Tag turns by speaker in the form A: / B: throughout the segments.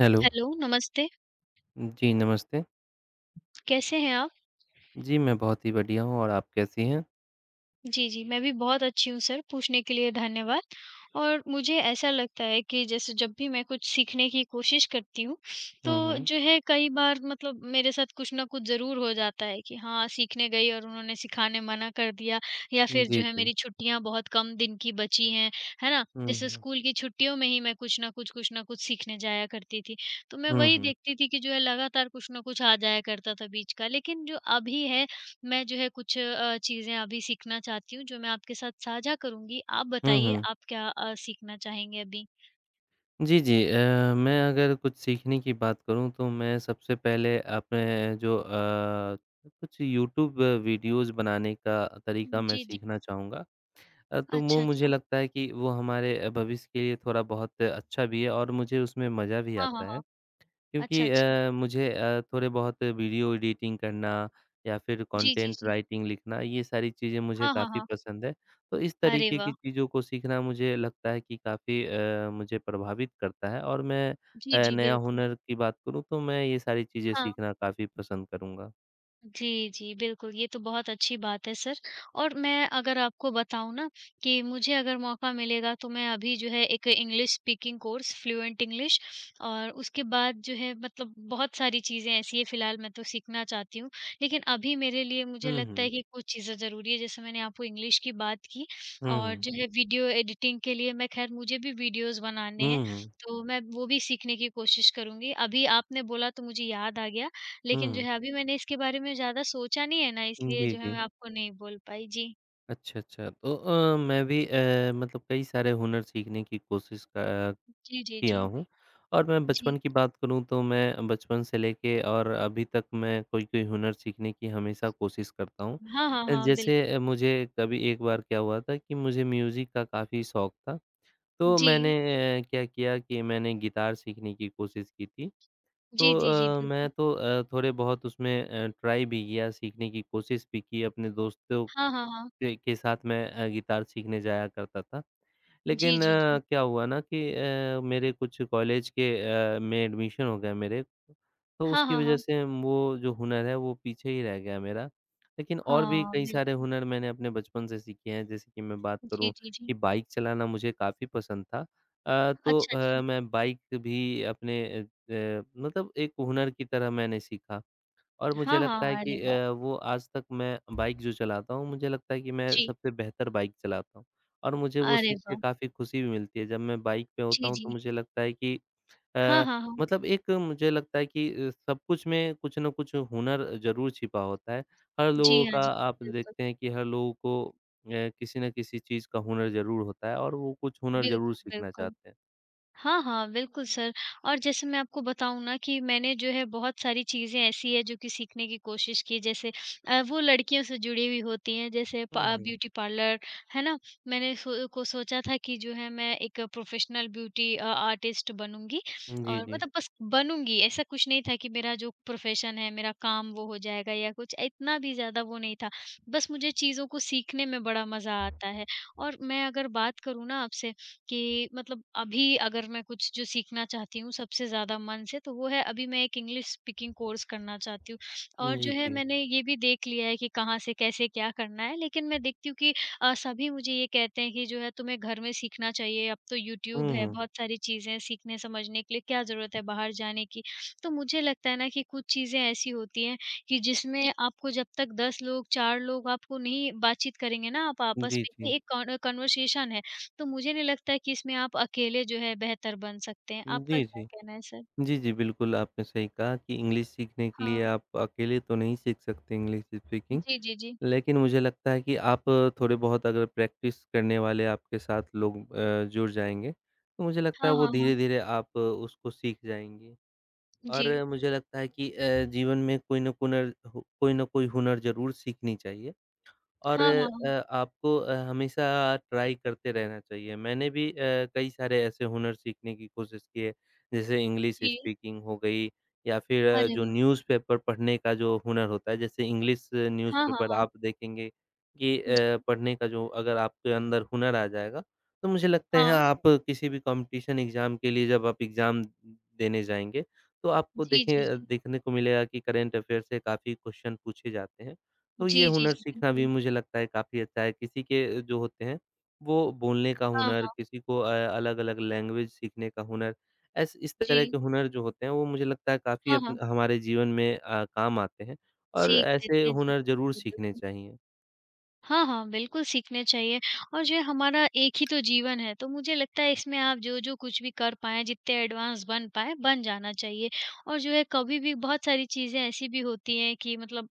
A: Hello.
B: Hello, नमस्ते।
A: जी, नमस्ते।
B: कैसे हैं आप?
A: जी, मैं बहुत ही बढ़िया हूँ और आप कैसी हैं?
B: जी, जी, मैं भी बहुत अच्छी हूँ सर, पूछने के लिए धन्यवाद। और मुझे ऐसा लगता है कि जैसे जब भी मैं कुछ सीखने की कोशिश करती हूँ,
A: हुँ,
B: तो
A: हुँ।
B: जो है कई बार मतलब मेरे साथ कुछ न कुछ ज़रूर हो जाता है कि हाँ, सीखने गई और उन्होंने सिखाने मना कर दिया या फिर
A: जी,
B: जो है
A: जी।
B: मेरी छुट्टियाँ बहुत कम दिन की बची हैं, है ना?
A: हुँ,
B: जैसे
A: हुँ।
B: स्कूल की छुट्टियों में ही मैं कुछ न कुछ सीखने जाया करती थी। तो मैं
A: हुँ,
B: वही
A: हुँ।
B: देखती थी कि जो है लगातार कुछ न कुछ आ जाया करता था बीच का। लेकिन जो अभी है मैं जो है कुछ चीज़ें अभी सीखना चाहती हूँ, जो मैं आपके साथ साझा करूँगी। आप
A: हुँ,
B: बताइए
A: हुँ।
B: आप क्या सीखना चाहेंगे अभी?
A: जी, जी। मैं अगर कुछ सीखने की बात करूँ तो मैं सबसे पहले अपने जो कुछ यूट्यूब वीडियोज़ बनाने का तरीका मैं
B: जी, जी।
A: सीखना चाहूँगा। तो वो
B: अच्छा,
A: मुझे
B: अच्छा।
A: लगता है कि वो हमारे भविष्य के लिए थोड़ा बहुत अच्छा भी है और मुझे उसमें मज़ा भी
B: हाँ,
A: आता
B: हाँ, हाँ।
A: है।
B: अच्छा,
A: क्योंकि
B: अच्छा।
A: मुझे थोड़े बहुत वीडियो एडिटिंग करना या फिर
B: जी, जी,
A: कंटेंट
B: जी।
A: राइटिंग लिखना ये सारी चीज़ें मुझे
B: हाँ, हाँ,
A: काफ़ी
B: हाँ।
A: पसंद है। तो इस
B: अरे
A: तरीके की
B: वाह!
A: चीज़ों को सीखना मुझे लगता है कि काफ़ी मुझे प्रभावित करता है और मैं
B: जी, जी,
A: नया
B: बिल्कुल।
A: हुनर की बात करूँ तो मैं ये सारी चीज़ें
B: हाँ।
A: सीखना काफ़ी पसंद करूँगा।
B: जी, जी, बिल्कुल, ये तो बहुत अच्छी बात है सर और मैं अगर आपको बताऊँ ना कि मुझे अगर मौका मिलेगा तो मैं अभी जो है एक English speaking course fluent English और उसके बाद जो है मतलब बहुत सारी चीज़ें ऐसी हैं फ़िलहाल मैं तो सीखना चाहती हूँ। लेकिन अभी मेरे लिए मुझे
A: हुँ,
B: लगता
A: हुँ।
B: है कि कुछ चीज़ें ज़रूरी है जैसे मैंने आपको इंग्लिश की बात की
A: हुँ,
B: और
A: हुँ।
B: जो है वीडियो एडिटिंग के लिए मैं ख़ैर मुझे भी वीडियोज़ बनाने हैं,
A: हुँ, हुँ।
B: तो मैं वो भी सीखने की कोशिश करूँगी। अभी आपने बोला तो मुझे याद आ गया लेकिन जो
A: हुँ।
B: है अभी मैंने इसके बारे में ज़्यादा सोचा नहीं है ना इसलिए
A: जी,
B: जो है
A: जी।
B: मैं आपको नहीं बोल पाई। जी।
A: अच्छा, अच्छा। तो मैं भी मतलब कई सारे हुनर सीखने की कोशिश क
B: जी, जी,
A: किया
B: जी।
A: हूँ और मैं
B: जी।
A: बचपन की बात करूँ तो मैं बचपन से लेके और अभी तक मैं कोई-कोई हुनर सीखने की हमेशा कोशिश करता हूँ।
B: हाँ, हाँ, हाँ, बिल्कुल।
A: जैसे मुझे कभी एक बार क्या हुआ था कि मुझे म्यूज़िक का काफ़ी शौक था, तो
B: जी।
A: मैंने क्या किया कि मैंने गिटार सीखने की कोशिश की थी। तो
B: जी, जी, जी, बिल्कुल।
A: मैं तो थोड़े बहुत उसमें ट्राई भी किया, सीखने की कोशिश भी की, अपने दोस्तों
B: हाँ, हाँ, हाँ।
A: के साथ मैं गिटार सीखने जाया करता था।
B: जी,
A: लेकिन
B: जी, जी।
A: क्या हुआ ना कि मेरे कुछ कॉलेज के में एडमिशन हो गया मेरे, तो
B: हाँ,
A: उसकी
B: हाँ,
A: वजह
B: हाँ।
A: से वो जो हुनर है वो पीछे ही रह गया मेरा। लेकिन और भी
B: हाँ,
A: कई
B: बिल
A: सारे हुनर मैंने अपने बचपन से सीखे हैं, जैसे कि मैं बात
B: जी,
A: करूँ
B: जी, जी।
A: कि बाइक चलाना मुझे काफ़ी पसंद था। तो
B: अच्छा, अच्छा।
A: मैं बाइक भी अपने मतलब एक हुनर की तरह मैंने सीखा। और मुझे
B: हाँ,
A: लगता है
B: हाँ। अरे
A: कि
B: वाह!
A: वो आज तक मैं बाइक जो चलाता हूँ, मुझे लगता है कि मैं
B: जी।
A: सबसे बेहतर बाइक चलाता हूँ। और मुझे वो
B: अरे
A: सीख के
B: वाह!
A: काफ़ी खुशी भी मिलती है। जब मैं बाइक पे होता
B: जी,
A: हूँ तो
B: जी।
A: मुझे लगता है कि
B: हाँ,
A: अ,
B: हाँ, हाँ।
A: मतलब एक मुझे लगता है कि सब कुछ में कुछ न कुछ हुनर ज़रूर छिपा होता है। हर
B: जी,
A: लोगों
B: हाँ
A: का
B: जी।
A: आप
B: बिल्कुल।
A: देखते हैं कि हर लोगों को किसी न किसी चीज़ का हुनर ज़रूर होता है और वो कुछ हुनर
B: बिल्कुल,
A: ज़रूर सीखना
B: बिल्कुल।
A: चाहते हैं।
B: हाँ, हाँ, बिल्कुल सर और जैसे मैं आपको बताऊँ ना कि मैंने जो है बहुत सारी चीज़ें ऐसी हैं जो कि सीखने की कोशिश की जैसे वो लड़कियों से जुड़ी हुई होती हैं जैसे
A: हुँ,
B: प
A: हुँ।
B: ब्यूटी पार्लर, है ना? मैंने सो को सोचा था कि जो है मैं एक प्रोफ़ेशनल ब्यूटी आर्टिस्ट बनूँगी और
A: जी,
B: हुँ।
A: जी।
B: मतलब बस बनूँगी ऐसा कुछ नहीं था कि मेरा जो प्रोफ़ेशन है, मेरा काम वो हो जाएगा या कुछ इतना भी ज़्यादा वो नहीं था। बस मुझे चीज़ों को सीखने में बड़ा मज़ा आता है और मैं अगर बात करूँ ना आपसे कि मतलब अभी अगर मैं कुछ जो सीखना चाहती हूँ सबसे ज़्यादा मन से तो वो है अभी मैं एक इंग्लिश स्पीकिंग कोर्स करना चाहती हूँ। और
A: जी,
B: जो है
A: जी।
B: मैंने ये भी देख लिया है कि कहाँ से कैसे क्या करना है लेकिन मैं देखती हूँ कि सभी मुझे ये कहते हैं कि जो है तुम्हें घर में सीखना चाहिए अब तो यूट्यूब
A: हुँ,
B: है
A: हुँ।
B: बहुत सारी चीज़ें हैं सीखने समझने के लिए क्या ज़रूरत है बाहर जाने की। तो मुझे लगता है ना कि कुछ चीज़ें ऐसी होती हैं कि जिसमें आपको जब तक 10 लोग 4 लोग आपको नहीं बातचीत करेंगे ना आप आपस
A: जी,
B: में
A: जी।
B: ये एक कॉन कन्वर्सेशन है। तो मुझे नहीं लगता कि इसमें आप अकेले जो है बेहतर बन सकते हैं। आपका
A: जी,
B: क्या
A: जी।
B: कहना है सर?
A: जी, जी, बिल्कुल, आपने सही कहा कि इंग्लिश सीखने के
B: हाँ।
A: लिए आप अकेले तो नहीं सीख सकते इंग्लिश स्पीकिंग,
B: जी, जी, जी।
A: लेकिन मुझे लगता है कि आप थोड़े बहुत अगर प्रैक्टिस करने वाले आपके साथ लोग जुड़ जाएँगे, तो मुझे लगता है
B: हाँ,
A: वो
B: हाँ, हाँ।
A: धीरे-धीरे आप उसको सीख जाएँगी। और
B: जी।
A: मुझे लगता है कि जीवन में कोई ना कोई हुनर ज़रूर सीखनी चाहिए। और
B: हाँ, हाँ, हाँ।
A: आपको हमेशा ट्राई करते रहना चाहिए। मैंने भी कई सारे ऐसे हुनर सीखने की कोशिश की है, जैसे इंग्लिश
B: जी।
A: स्पीकिंग हो गई या फिर
B: अरे
A: जो
B: वाह!
A: न्यूज़पेपर पढ़ने का जो हुनर होता है, जैसे इंग्लिश
B: हाँ, हाँ,
A: न्यूज़पेपर
B: हाँ।
A: आप देखेंगे कि
B: जी।
A: पढ़ने का जो अगर आपके अंदर हुनर आ जाएगा, तो मुझे लगता है
B: हाँ।
A: आप किसी भी कॉम्पिटिशन एग्ज़ाम के लिए जब आप एग्ज़ाम देने जाएँगे, तो आपको
B: जी, जी,
A: देखें
B: जी।
A: देखने को मिलेगा कि करंट अफ़ेयर से काफ़ी क्वेश्चन पूछे जाते हैं। तो ये
B: जी, जी,
A: हुनर
B: जी,
A: सीखना भी
B: बिल्कुल।
A: मुझे लगता है काफ़ी अच्छा है। किसी के जो होते हैं, वो बोलने का
B: हाँ,
A: हुनर,
B: हाँ।
A: किसी को अलग-अलग लैंग्वेज सीखने का हुनर, ऐस इस
B: जी।
A: तरह के हुनर जो होते हैं, वो मुझे लगता है काफ़ी
B: हाँ,
A: अप
B: हाँ।
A: हमारे जीवन में काम आते हैं और
B: सीख
A: ऐसे
B: देते हैं। जी,
A: हुनर ज़रूर
B: बिल्कुल।
A: सीखने
B: बिल्कुल।
A: चाहिए।
B: हाँ, हाँ, बिल्कुल सीखने चाहिए और जो है हमारा एक ही तो जीवन है, तो मुझे लगता है इसमें आप जो-जो कुछ भी कर पाएँ, जितने एडवांस बन पाएँ, बन जाना चाहिए। और जो है कभी भी बहुत सारी चीज़ें ऐसी भी होती हैं कि मतलब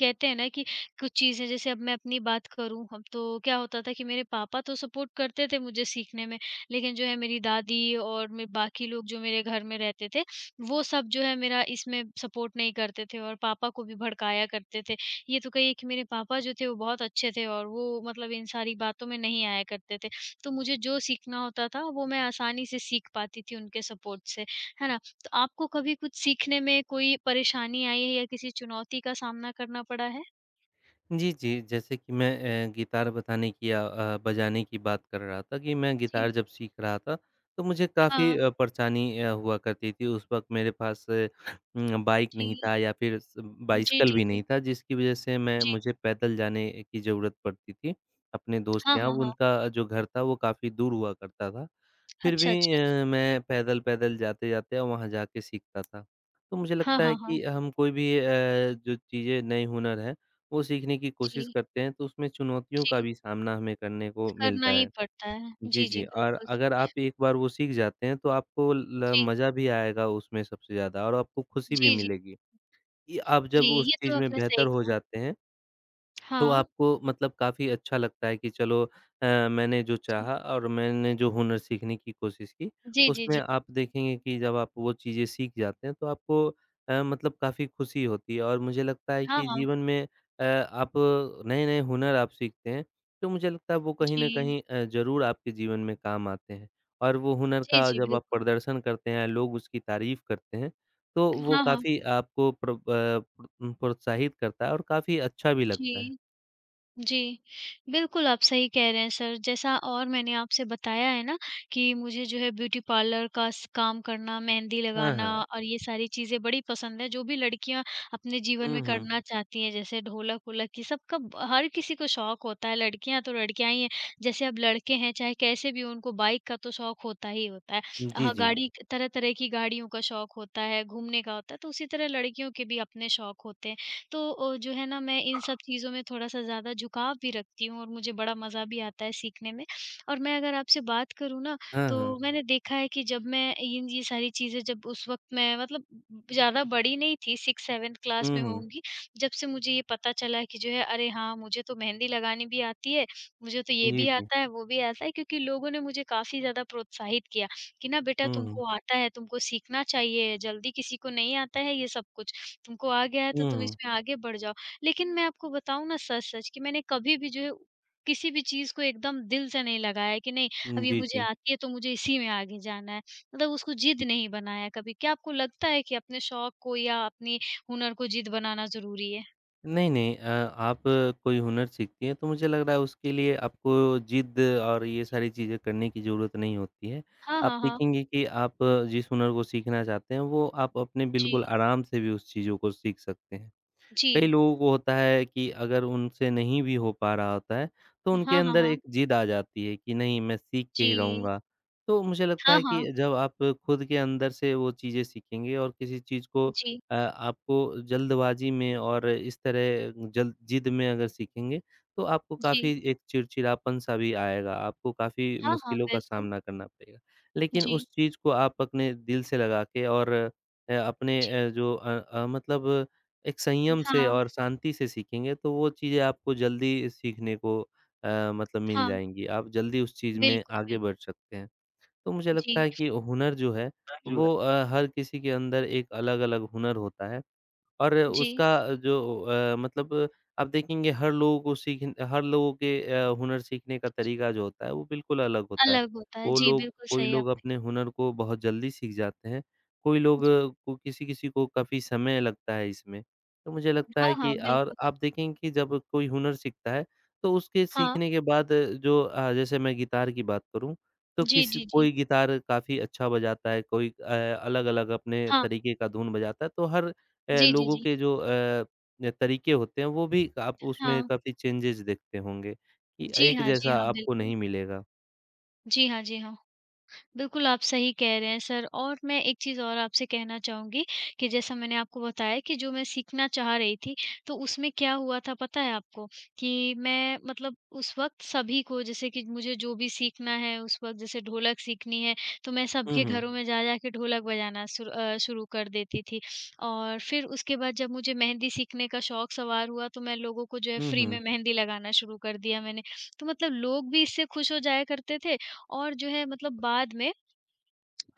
B: कहते हैं ना कि कुछ चीज़ें जैसे अब मैं अपनी बात करूँ अब तो क्या होता था कि मेरे पापा तो सपोर्ट करते थे मुझे सीखने में, लेकिन जो है मेरी दादी और मे बाकी लोग जो मेरे घर में रहते थे, वो सब जो है मेरा इसमें सपोर्ट नहीं करते थे और पापा को भी भड़काया करते थे ये तो कहिए कि मेरे पापा जो थे वो बहुत अच्छे थे और वो मतलब इन सारी बातों में नहीं आया करते थे। तो मुझे जो सीखना होता था वो मैं आसानी से सीख पाती थी उनके सपोर्ट से, है ना? तो आपको कभी कुछ सीखने में कोई परेशानी आई है या किसी चुनौती का सामना करना पड़ा है?
A: जी, जी। जैसे कि मैं गिटार बताने की या बजाने की बात कर रहा था कि मैं
B: जी,
A: गिटार
B: जी,
A: जब
B: जी।
A: सीख रहा था, तो मुझे काफ़ी
B: हाँ,
A: परेशानी हुआ करती थी। उस वक़्त मेरे पास बाइक नहीं
B: जी।
A: था या फिर स
B: जी,
A: बाइसिकल
B: जी,
A: भी
B: जी।
A: नहीं था, जिसकी वज़ह से मैं
B: जी।
A: मुझे पैदल जाने की ज़रूरत पड़ती थी, अपने दोस्त
B: हाँ,
A: के यहाँ।
B: हाँ, हाँ।
A: उनका जो घर था, वो काफ़ी दूर हुआ करता था। फिर
B: अच्छा,
A: भी
B: अच्छा, अच्छा।
A: मैं पैदल-पैदल, जाते-जाते वहाँ जाके सीखता था। तो मुझे
B: हाँ,
A: लगता है
B: हाँ, हाँ।
A: कि हम कोई भी जो चीज़ें नए हुनर है, वो सीखने की कोशिश
B: जी,
A: करते हैं, तो उसमें चुनौतियों का
B: जी।
A: भी सामना हमें करने को
B: करना
A: मिलता
B: ही
A: है।
B: पड़ता है।
A: जी,
B: जी,
A: जी
B: जी,
A: और
B: बिल्कुल।
A: अगर आप एक बार वो सीख जाते हैं, तो आपको ल
B: जी।
A: मज़ा भी आएगा उसमें सबसे ज़्यादा और आपको खुशी भी
B: जी, जी,
A: मिलेगी, कि आप
B: जी।
A: जब उस
B: ये तो
A: चीज़ में
B: आपने
A: बेहतर
B: सही
A: हो
B: कहा।
A: जाते हैं तो
B: हाँ।
A: आपको मतलब काफ़ी अच्छा लगता है कि चलो मैंने जो
B: जी।
A: चाहा और मैंने जो हुनर सीखने की कोशिश की,
B: जी, जी,
A: उसमें
B: जी।
A: आप देखेंगे कि जब आप वो चीज़ें सीख जाते हैं तो आपको मतलब काफ़ी खुशी होती है और मुझे लगता है
B: हाँ,
A: कि
B: हाँ।
A: जीवन में आप नए-नए हुनर आप सीखते हैं, तो मुझे लगता है वो कहीं न
B: जी।
A: कहीं ज़रूर आपके जीवन में काम आते हैं और वो हुनर
B: जी,
A: का
B: जी,
A: जब आप
B: बिल्कुल।
A: प्रदर्शन करते हैं, लोग उसकी तारीफ़ करते हैं, तो वो
B: हाँ, हाँ।
A: काफ़ी आपको प्रोत्साहित करता है और काफ़ी अच्छा भी लगता है।
B: जी। जी, बिल्कुल आप सही कह रहे हैं सर। जैसा और मैंने आपसे बताया है ना कि मुझे जो है ब्यूटी पार्लर का स काम करना, मेहंदी
A: हाँ,
B: लगाना
A: हाँ।
B: हाँ। और ये सारी चीज़ें बड़ी पसंद है, जो भी लड़कियाँ अपने जीवन
A: हुँ,
B: में
A: हुँ।
B: करना चाहती हैं, जैसे ढोलक-वोलक ये सबका ब हर किसी को शौक होता है, लड़कियाँ तो लड़कियाँ ही हैं। जैसे अब लड़के हैं, चाहे कैसे भी हों, उनको बाइक का तो शौक होता ही होता है।
A: जी, जी।
B: गाड़ी तरह-तरह की गाड़ियों का शौक होता है, घूमने का होता है, तो उसी तरह लड़कियों के भी अपने शौक होते हैं। तो जो है ना मैं इन सब चीज़ों में थोड़ा-सा ज़्यादा झुकाव भी रखती हूँ और मुझे बड़ा मज़ा भी आता है सीखने में। और मैं अगर आपसे बात करूँ ना,
A: हाँ,
B: तो
A: हाँ।
B: मैंने देखा है कि जब मैं इन ये सारी चीज़ें जब उस वक़्त मैं मतलब ज़्यादा बड़ी नहीं थी, 6th-7th क्लास
A: हुँ,
B: में
A: हुँ।
B: होंगी, जब से मुझे ये पता चला है कि जो है अरे हाँ, मुझे तो मेहंदी लगानी भी आती है, मुझे तो ये
A: जी,
B: भी
A: जी।
B: आता है, वो भी आता है क्योंकि लोगों ने मुझे काफ़ी ज़्यादा प्रोत्साहित किया कि ना बेटा
A: हुँ, हुँ।
B: तुमको आता है, तुमको सीखना चाहिए, जल्दी किसी को नहीं आता है ये सब कुछ। तुमको आ गया है तो
A: हुँ,
B: तुम
A: हुँ।
B: इसमें आगे बढ़ जाओ। लेकिन मैं आपको बताऊँ ना सच-सच कि मैंने कभी भी जो है किसी भी चीज़ को एकदम दिल से नहीं लगाया कि नहीं अब ये
A: जी,
B: मुझे
A: जी।
B: आती है तो मुझे इसी में आगे जाना है। मतलब उसको जिद नहीं बनाया कभी। क्या आपको लगता है कि अपने शौक को या अपने हुनर को जिद बनाना ज़रूरी है?
A: नहीं, नहीं आप कोई हुनर सीखती हैं तो मुझे लग रहा है उसके लिए आपको ज़िद और ये
B: जी।
A: सारी चीज़ें करने की ज़रूरत नहीं होती है।
B: हाँ,
A: आप
B: हाँ, हाँ।
A: देखेंगे कि आप जिस हुनर को सीखना चाहते हैं वो आप अपने
B: जी,
A: बिल्कुल आराम से भी उस चीज़ों को सीख सकते हैं।
B: जी।
A: कई लोगों को होता है कि अगर उनसे नहीं भी हो पा रहा होता है, तो उनके
B: हाँ, हाँ,
A: अंदर
B: हाँ।
A: एक ज़िद आ जाती है कि नहीं मैं सीख के ही
B: जी।
A: रहूँगा। तो मुझे लगता
B: हाँ,
A: है
B: हाँ।
A: कि जब आप खुद के अंदर से वो चीज़ें सीखेंगे और किसी चीज़ को
B: जी,
A: आपको जल्दबाज़ी में और इस तरह जल्द ज़िद में अगर सीखेंगे, तो आपको
B: जी।
A: काफ़ी एक चिड़चिड़ापन-सा भी आएगा, आपको काफ़ी
B: हाँ, हाँ,
A: मुश्किलों का
B: बिल्कुल।
A: सामना करना पड़ेगा। लेकिन
B: जी,
A: उस चीज़ को आप अपने दिल से लगा के और अपने
B: जी।
A: जो मतलब एक संयम से
B: हाँ,
A: और शांति से सीखेंगे तो वो चीज़ें आपको जल्दी सीखने को मतलब मिल
B: हाँ।
A: जाएँगी। आप जल्दी उस चीज़ में
B: बिल्कुल,
A: आगे
B: बिल्कुल।
A: बढ़ सकते हैं। तो मुझे लगता
B: जी,
A: है कि हुनर जो है वो हर किसी के अंदर एक अलग-अलग हुनर होता है। और
B: जी।
A: उसका जो मतलब आप देखेंगे हर लोगों के हुनर सीखने का तरीका जो होता है वो बिल्कुल अलग होता है।
B: अलग होता है।
A: वो
B: जी,
A: लोग
B: बिल्कुल
A: कोई
B: सही
A: लोग
B: आपने
A: अपने हुनर को बहुत जल्दी सीख जाते हैं, कोई
B: कहा।
A: लोग
B: जी,
A: अ, को किसी-किसी को काफ़ी समय लगता है इसमें। तो मुझे लगता
B: हाँ,
A: है
B: हाँ,
A: कि और
B: बिल्कुल।
A: आप देखेंगे कि जब कोई हुनर सीखता है तो उसके
B: हाँ,
A: सीखने के बाद जो जैसे मैं गिटार की बात करूँ तो
B: जी,
A: किसी
B: जी, जी।
A: कोई गिटार काफ़ी अच्छा बजाता है, कोई अलग-अलग अपने
B: हाँ,
A: तरीके का धुन बजाता है, तो हर
B: जी, जी,
A: लोगों
B: जी।
A: के जो अ, ज तरीके होते हैं वो भी आप उसमें
B: हाँ।
A: काफ़ी चेंजेज़ देखते होंगे, कि
B: जी
A: एक
B: हाँ, जी
A: जैसा
B: हाँ,
A: आपको
B: बिल्कुल।
A: नहीं मिलेगा।
B: जी हाँ, जी हाँ। बिल्कुल, आप सही कह रहे हैं सर और मैं एक चीज़ और आपसे कहना चाहूँगी कि जैसा मैंने आपको बताया कि जो मैं सीखना चाह रही थी, तो उसमें क्या हुआ था पता है आपको? कि मैं मतलब उस वक़्त सभी को जैसे कि मुझे जो भी सीखना है उस वक़्त जैसे ढोलक सीखनी है, तो मैं
A: हुँ,
B: सबके
A: हुँ।
B: घरों में जा-जा के ढोलक बजाना शुरू कर देती थी। और फिर उसके बाद जब मुझे मेहंदी सीखने का शौक सवार हुआ, तो मैं लोगों को जो है
A: हुँ,
B: फ्री में
A: हुँ।
B: मेहंदी लगाना शुरू कर दिया मैंने। तो मतलब लोग भी इससे खुश हो जाया करते थे और जो है मतलब बाद में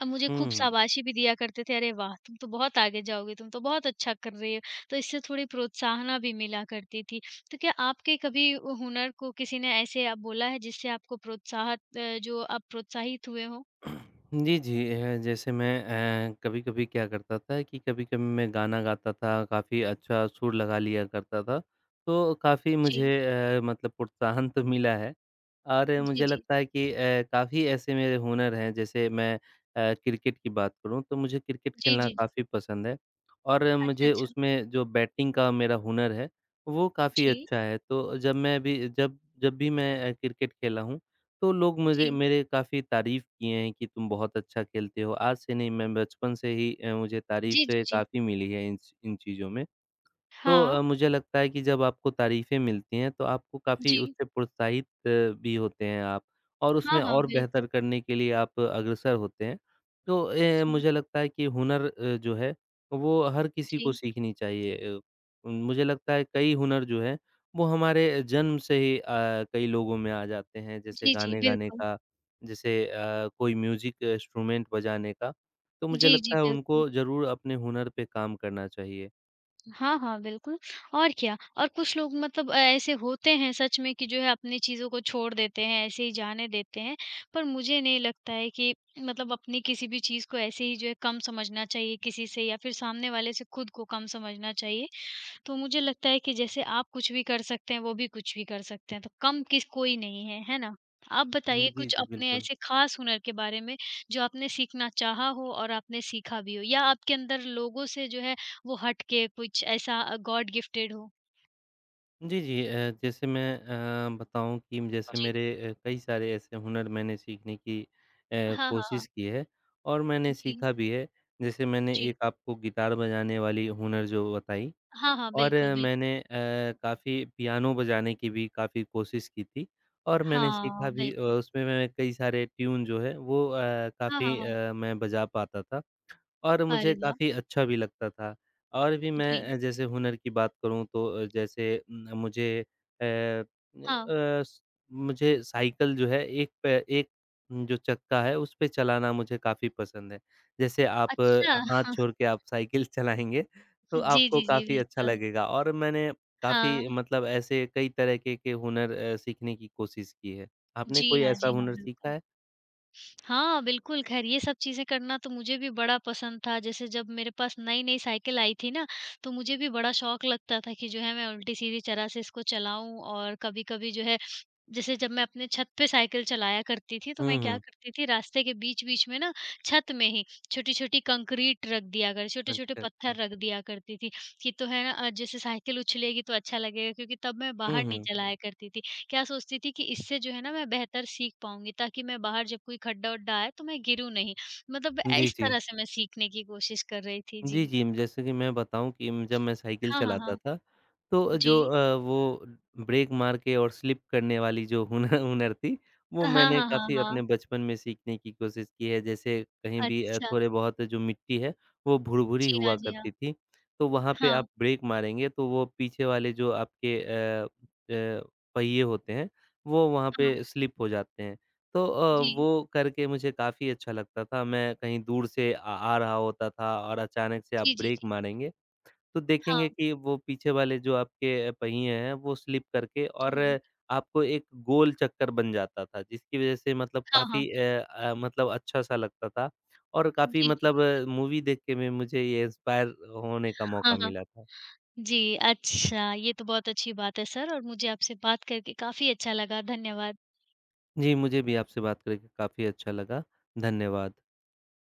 B: अब मुझे खूब
A: हुँ, हुँ।
B: शाबाशी भी दिया करते थे, "अरे वाह! तुम तो बहुत आगे जाओगे, तुम तो बहुत अच्छा कर रहे हो।" तो इससे थोड़ी प्रोत्साहना भी मिला करती थी। तो क्या आपके कभी हुनर को किसी ने ऐसे बोला है जिससे आपको जो आप प्रोत्साहित हुए हों?
A: जी, जी। जैसे मैं कभी-कभी क्या करता था कि कभी-कभी मैं गाना गाता था, काफ़ी अच्छा सुर लगा लिया करता था। तो काफ़ी मुझे
B: जी।
A: मतलब प्रोत्साहन तो मिला है और
B: जी,
A: मुझे
B: जी।
A: लगता है कि काफ़ी ऐसे मेरे हुनर हैं, जैसे मैं क्रिकेट की बात करूँ तो मुझे क्रिकेट
B: जी,
A: खेलना
B: जी, जी।
A: काफ़ी पसंद है और
B: अच्छा,
A: मुझे
B: अच्छा।
A: उसमें जो बैटिंग का मेरा हुनर है, वो काफ़ी
B: जी,
A: अच्छा है। तो जब जब भी मैं क्रिकेट खेला हूँ तो लोग मुझे
B: जी।
A: मेरे काफ़ी तारीफ़ किए हैं कि तुम बहुत अच्छा खेलते हो। आज से नहीं मैं बचपन से ही मुझे
B: जी, जी,
A: तारीफ़ें
B: जी।
A: काफ़ी मिली है इन चीज़ों में। तो
B: हाँ।
A: मुझे लगता है कि जब आपको तारीफ़ें मिलती हैं, तो आपको काफ़ी
B: जी।
A: उससे प्रोत्साहित भी होते हैं आप और
B: हाँ,
A: उसमें
B: हाँ,
A: और
B: बिल्कुल।
A: बेहतर करने के लिए आप अग्रसर होते हैं। तो
B: जी,
A: मुझे लगता है कि हुनर जो है, वो हर किसी को
B: जी।
A: सीखनी चाहिए। मुझे लगता है कई हुनर जो हैं, वो हमारे जन्म से ही कई लोगों में आ जाते हैं, जैसे
B: जी, जी,
A: गाने गाने
B: बिल्कुल।
A: का, जैसे कोई म्यूज़िक इंस्ट्रूमेंट बजाने का। तो मुझे
B: जी, जी,
A: लगता है
B: बिल्कुल।
A: उनको ज़रूर अपने हुनर पे काम करना चाहिए।
B: हाँ, हाँ, बिल्कुल और क्या। और कुछ लोग मतलब ऐसे होते हैं सच में कि जो है अपनी चीज़ों को छोड़ देते हैं, ऐसे ही जाने देते हैं। पर मुझे नहीं लगता है कि मतलब अपनी किसी भी चीज़ को ऐसे ही जो है कम समझना चाहिए किसी से या फिर सामने वाले से खुद को कम समझना चाहिए। तो मुझे लगता है कि जैसे आप कुछ भी कर सकते हैं, वो भी कुछ भी कर सकते हैं, तो कम किस कोई नहीं है, है ना? आप
A: हुँ,
B: बताइए
A: जी,
B: कुछ
A: जी,
B: अपने
A: बिल्कुल।
B: ऐसे ख़ास हुनर के बारे में, जो आपने सीखना चाहा हो और आपने सीखा भी हो या आपके अंदर लोगों से जो है वो हट के कुछ ऐसा गॉड गिफ्टेड हो?
A: जी, जी। जैसे मैं बताऊँ कि
B: हाँ।
A: जैसे
B: जी।
A: मेरे कई सारे ऐसे हुनर मैंने सीखने की
B: हाँ, हाँ, हाँ।
A: कोशिश की है और मैंने
B: जी,
A: सीखा भी है। जैसे मैंने
B: जी।
A: एक आपको गिटार बजाने वाली हुनर जो बताई
B: हाँ, हाँ,
A: और
B: बिल्कुल, बिल्कुल।
A: मैंने काफ़ी पियानो बजाने की भी काफ़ी कोशिश की थी और मैंने
B: हाँ,
A: सीखा भी
B: बिल्कुल।
A: उसमें मैं कई सारे ट्यून जो है वो
B: हाँ, हाँ,
A: काफ़ी
B: हाँ।
A: मैं बजा पाता था। और मुझे
B: अरे वाह!
A: काफ़ी अच्छा भी लगता था। और भी
B: जी।
A: मैं जैसे हुनर की बात करूँ तो जैसे मुझे अ अ,
B: हाँ।
A: स मुझे साइकिल जो है एक पे एक जो चक्का है उस पे चलाना मुझे काफ़ी पसंद है। जैसे आप
B: अच्छा।
A: हाथ छोड़ के आप साइकिल चलाएँगे तो
B: जी,
A: आपको
B: जी, जी,
A: काफ़ी अच्छा
B: बिल्कुल।
A: लगेगा और मैंने काफ़ी
B: हाँ।
A: मतलब ऐसे कई तरह के हुनर सीखने की कोशिश की है। आपने
B: जी
A: कोई
B: हाँ,
A: ऐसा
B: जी हाँ,
A: हुनर सीखा
B: बिल्कुल।
A: है?
B: हाँ, बिल्कुल, ख़ैर ये सब चीज़ें करना तो मुझे भी बड़ा पसंद था। जैसे जब मेरे पास नई-नई साइकिल आई थी ना, तो मुझे भी बड़ा शौक लगता था कि जो है मैं उल्टी-सीधी तरह से इसको चलाऊँ और कभी-कभी जो है जैसे जब मैं अपने छत पे साइकिल चलाया करती थी, तो
A: हुँ,
B: मैं क्या
A: हुँ।
B: करती थी रास्ते के बीच-बीच में ना छत में ही छोटी-छोटी कंक्रीट रख दिया कर छोटे-छोटे
A: अच्छा,
B: पत्थर
A: अच्छा।
B: रख दिया करती थी, कि तो है ना जैसे साइकिल उछलेगी तो अच्छा लगेगा क्योंकि तब मैं
A: हुँ,
B: बाहर नहीं
A: हुँ।
B: चलाया करती थी। क्या सोचती थी कि इससे जो है ना मैं बेहतर सीख पाऊँगी ताकि मैं बाहर जब कोई खड्डा-वड्डा आए तो मैं गिरूँ नहीं। मतलब
A: जी,
B: इस
A: जी।
B: तरह से मैं सीखने की कोशिश कर रही थी।
A: जी,
B: जी।
A: जी। जैसे कि मैं बताऊँ कि जब मैं साइकिल
B: हाँ, हाँ,
A: चलाता
B: हाँ।
A: था, तो
B: जी।
A: जो वो ब्रेक मार के और स्लिप करने वाली जो हुनर हुनर थी, वो
B: हाँ,
A: मैंने
B: हाँ, हाँ,
A: काफ़ी
B: हाँ।
A: अपने बचपन में सीखने की कोशिश की है। जैसे कहीं भी
B: अच्छा।
A: थोड़े बहुत जो मिट्टी है, वो भुरभुरी
B: जी हाँ,
A: हुआ
B: जी हाँ।
A: करती थी, तो वहाँ पे
B: हाँ,
A: आप ब्रेक मारेंगे तो वो पीछे वाले जो आपके पहिए होते हैं, वो वहाँ
B: हाँ।
A: पे स्लिप हो जाते हैं। तो
B: जी।
A: वो करके मुझे काफ़ी अच्छा लगता था। मैं कहीं दूर से आ आ रहा होता था और अचानक से आप
B: जी, जी,
A: ब्रेक
B: जी।
A: मारेंगे, तो देखेंगे
B: हाँ।
A: कि वो पीछे वाले जो आपके पहिए हैं, वो स्लिप करके और
B: जी, जी।
A: आपको एक गोल चक्कर बन जाता था, जिसकी वज़ह से मतलब
B: हाँ, हाँ।
A: काफ़ी मतलब अच्छा-सा लगता था और काफ़ी
B: जी, जी,
A: मतलब
B: जी।
A: मूवी देख के भी मुझे ये इंस्पायर होने का
B: हाँ,
A: मौका
B: हाँ।
A: मिला था।
B: जी, अच्छा ये तो बहुत अच्छी बात है सर और मुझे आपसे बात करके काफ़ी अच्छा लगा। धन्यवाद।
A: जी, मुझे भी आपसे बात करके काफ़ी अच्छा लगा। धन्यवाद।